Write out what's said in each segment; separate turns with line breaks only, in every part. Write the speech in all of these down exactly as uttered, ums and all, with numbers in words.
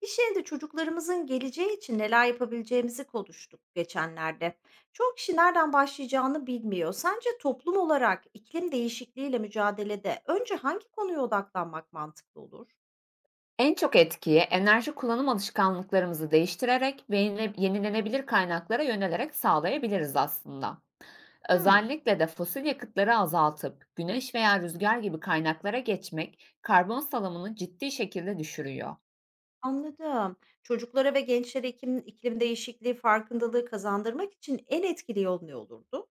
İş yerinde çocuklarımızın geleceği için neler yapabileceğimizi konuştuk geçenlerde. Çoğu kişi nereden başlayacağını bilmiyor. Sence toplum olarak iklim değişikliğiyle mücadelede önce hangi konuya odaklanmak mantıklı olur?
En çok etkiyi enerji kullanım alışkanlıklarımızı değiştirerek ve yenile- yenilenebilir kaynaklara yönelerek sağlayabiliriz aslında.
Hmm,
Özellikle de fosil yakıtları azaltıp güneş veya rüzgar gibi kaynaklara geçmek karbon salımını ciddi şekilde düşürüyor.
anladım. Çocuklara ve gençlere iklim, iklim değişikliği farkındalığı kazandırmak için en etkili yol ne olurdu?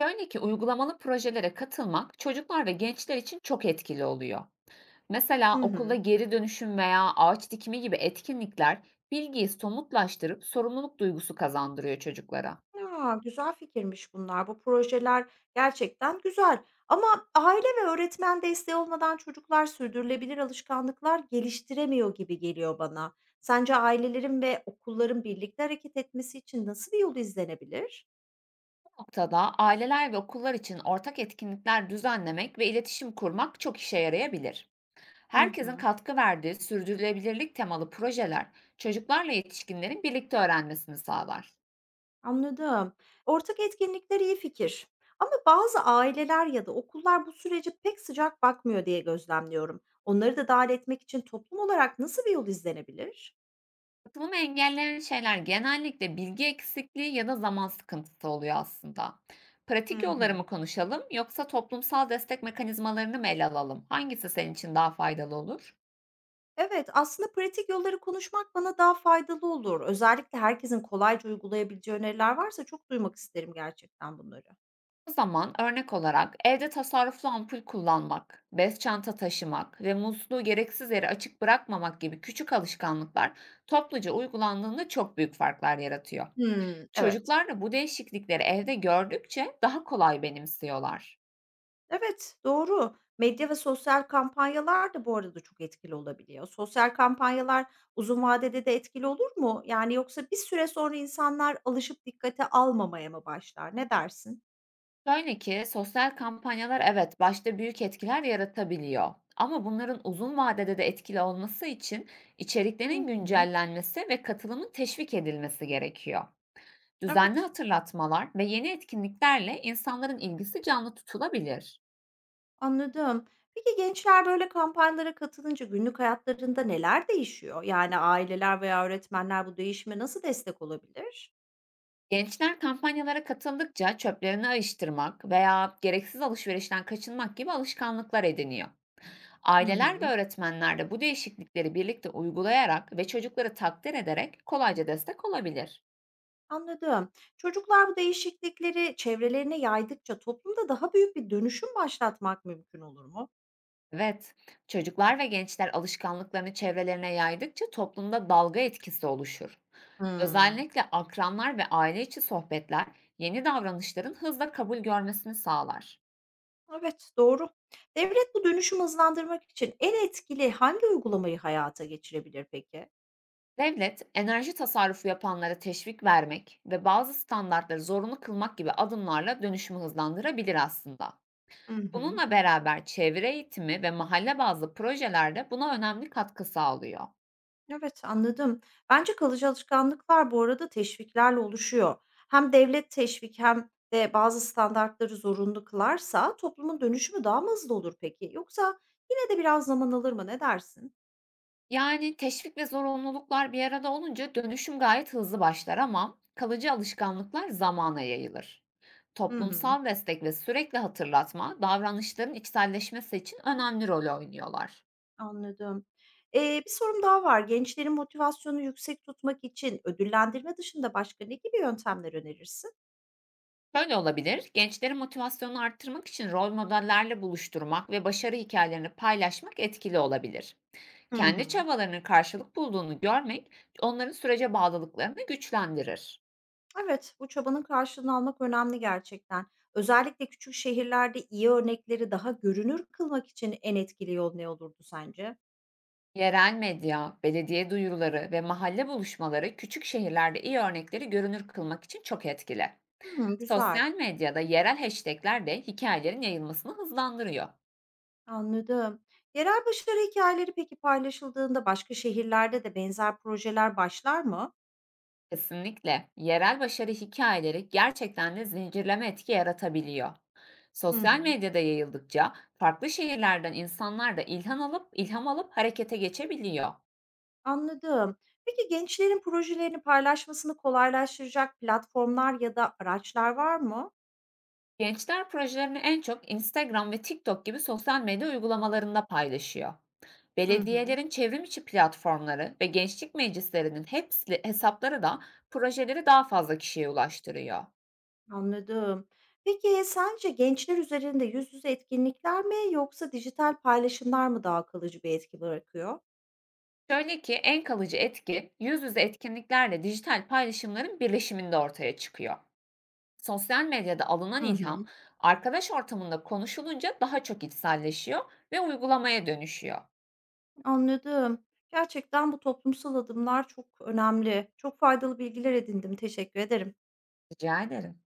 Şöyle ki uygulamalı projelere katılmak çocuklar ve gençler için çok etkili oluyor. Mesela
Hı
okulda
hı.
geri dönüşüm veya ağaç dikimi gibi etkinlikler bilgiyi somutlaştırıp sorumluluk duygusu kazandırıyor çocuklara.
Ya, güzel fikirmiş bunlar. Bu projeler gerçekten güzel ama aile ve öğretmen desteği olmadan çocuklar sürdürülebilir alışkanlıklar geliştiremiyor gibi geliyor bana. Sence ailelerin ve okulların birlikte hareket etmesi için nasıl bir yol izlenebilir?
Noktada aileler ve okullar için ortak etkinlikler düzenlemek ve iletişim kurmak çok işe yarayabilir.
Hı
Herkesin
hı,
katkı verdiği sürdürülebilirlik temalı projeler çocuklarla yetişkinlerin birlikte öğrenmesini sağlar.
anladım. Ortak etkinlikler iyi fikir. Ama bazı aileler ya da okullar bu sürece pek sıcak bakmıyor diye gözlemliyorum. Onları da dâhil etmek için toplum olarak nasıl bir yol izlenebilir?
Katılımı engelleyen şeyler genellikle bilgi eksikliği ya da zaman sıkıntısı oluyor aslında.
Hı
Pratik yolları
hı.
mı konuşalım yoksa toplumsal destek mekanizmalarını mı ele alalım? Hangisi senin için daha faydalı olur?
Evet, aslında pratik yolları konuşmak bana daha faydalı olur. Özellikle herkesin kolayca uygulayabileceği öneriler varsa çok duymak isterim gerçekten bunları.
O zaman örnek olarak evde tasarruflu ampul kullanmak, bez çanta taşımak ve musluğu gereksiz yere açık bırakmamak gibi küçük alışkanlıklar topluca uygulandığında çok büyük farklar yaratıyor.
Hmm, evet.
Çocuklar da bu değişiklikleri evde gördükçe daha kolay benimsiyorlar.
Evet, doğru. Medya ve sosyal kampanyalar da bu arada çok etkili olabiliyor. Sosyal kampanyalar uzun vadede de etkili olur mu? Yani yoksa bir süre sonra insanlar alışıp dikkate almamaya mı başlar? Ne dersin?
Şöyle ki sosyal kampanyalar, evet, başta büyük etkiler yaratabiliyor. Ama bunların uzun vadede de etkili olması için
Hı
içeriklerin
hı.
güncellenmesi ve katılımın teşvik edilmesi gerekiyor. Düzenli
Evet.
hatırlatmalar ve yeni etkinliklerle insanların ilgisi canlı tutulabilir.
Anladım. Peki gençler böyle kampanyalara katılınca günlük hayatlarında neler değişiyor? Yani aileler veya öğretmenler bu değişime nasıl destek olabilir?
Gençler kampanyalara katıldıkça çöplerini ayıştırmak veya gereksiz alışverişten kaçınmak gibi alışkanlıklar ediniyor.
Hı
Aileler ve
hı.
öğretmenler de bu değişiklikleri birlikte uygulayarak ve çocukları takdir ederek kolayca destek olabilir.
Anladım. Çocuklar bu değişiklikleri çevrelerine yaydıkça toplumda daha büyük bir dönüşüm başlatmak mümkün olur mu?
Evet, çocuklar ve gençler alışkanlıklarını çevrelerine yaydıkça toplumda dalga etkisi oluşur.
Hmm.
Özellikle akranlar ve aile içi sohbetler yeni davranışların hızla kabul görmesini sağlar.
Evet, doğru. Devlet bu dönüşümü hızlandırmak için en etkili hangi uygulamayı hayata geçirebilir peki?
Devlet, enerji tasarrufu yapanlara teşvik vermek ve bazı standartları zorunlu kılmak gibi adımlarla dönüşümü hızlandırabilir aslında.
Hı hı.
Bununla beraber çevre eğitimi ve mahalle bazlı projelerde buna önemli katkı sağlıyor.
Evet, anladım. Bence kalıcı alışkanlıklar bu arada teşviklerle oluşuyor. Hem devlet teşvik hem de bazı standartları zorunlu kılarsa toplumun dönüşümü daha mı hızlı olur peki? Yoksa yine de biraz zaman alır mı? Ne dersin?
Yani, teşvik ve zorunluluklar bir arada olunca dönüşüm gayet hızlı başlar, ama kalıcı alışkanlıklar zamana yayılır.
Hı hı.
Toplumsal destek ve sürekli hatırlatma, davranışların içselleşmesi için önemli rol oynuyorlar.
Anladım. Ee, bir sorum daha var. Gençlerin motivasyonu yüksek tutmak için ödüllendirme dışında başka ne gibi yöntemler önerirsin?
Şöyle olabilir, gençlerin motivasyonunu arttırmak için rol modellerle buluşturmak ve başarı hikayelerini paylaşmak etkili olabilir.
Hı
Kendi
hı.
çabalarının karşılık bulduğunu görmek, onların sürece bağlılıklarını güçlendirir.
Evet, bu çabanın karşılığını almak önemli gerçekten. Özellikle küçük şehirlerde iyi örnekleri daha görünür kılmak için en etkili yol ne olurdu sence?
Yerel medya, belediye duyuruları ve mahalle buluşmaları küçük şehirlerde iyi örnekleri görünür kılmak için çok etkili.
Hımm, güzel,
Sosyal medyada yerel hashtagler de hikayelerin yayılmasını hızlandırıyor.
anladım. Yerel başarı hikayeleri peki paylaşıldığında başka şehirlerde de benzer projeler başlar mı?
Kesinlikle yerel başarı hikayeleri gerçekten de zincirleme etki yaratabiliyor.
Hı
Sosyal
hı.
medyada yayıldıkça farklı şehirlerden insanlar da ilham alıp ilham alıp harekete geçebiliyor.
Anladım. Peki gençlerin projelerini paylaşmasını kolaylaştıracak platformlar ya da araçlar var mı?
Gençler projelerini en çok Instagram ve TikTok gibi sosyal medya uygulamalarında paylaşıyor.
Hı hı.
Belediyelerin çevrim içi platformları ve gençlik meclislerinin hepsi hesapları da projeleri daha fazla kişiye ulaştırıyor.
Anladım. Peki, sence gençler üzerinde yüz yüze etkinlikler mi yoksa dijital paylaşımlar mı daha kalıcı bir etki bırakıyor?
Şöyle ki en kalıcı etki yüz yüze etkinliklerle dijital paylaşımların birleşiminde ortaya çıkıyor. Sosyal medyada alınan
Hı
ilham
hı.
arkadaş ortamında konuşulunca daha çok içselleşiyor ve uygulamaya dönüşüyor.
Anladım. Gerçekten bu toplumsal adımlar çok önemli. Çok faydalı bilgiler edindim. Teşekkür ederim.
Rica ederim.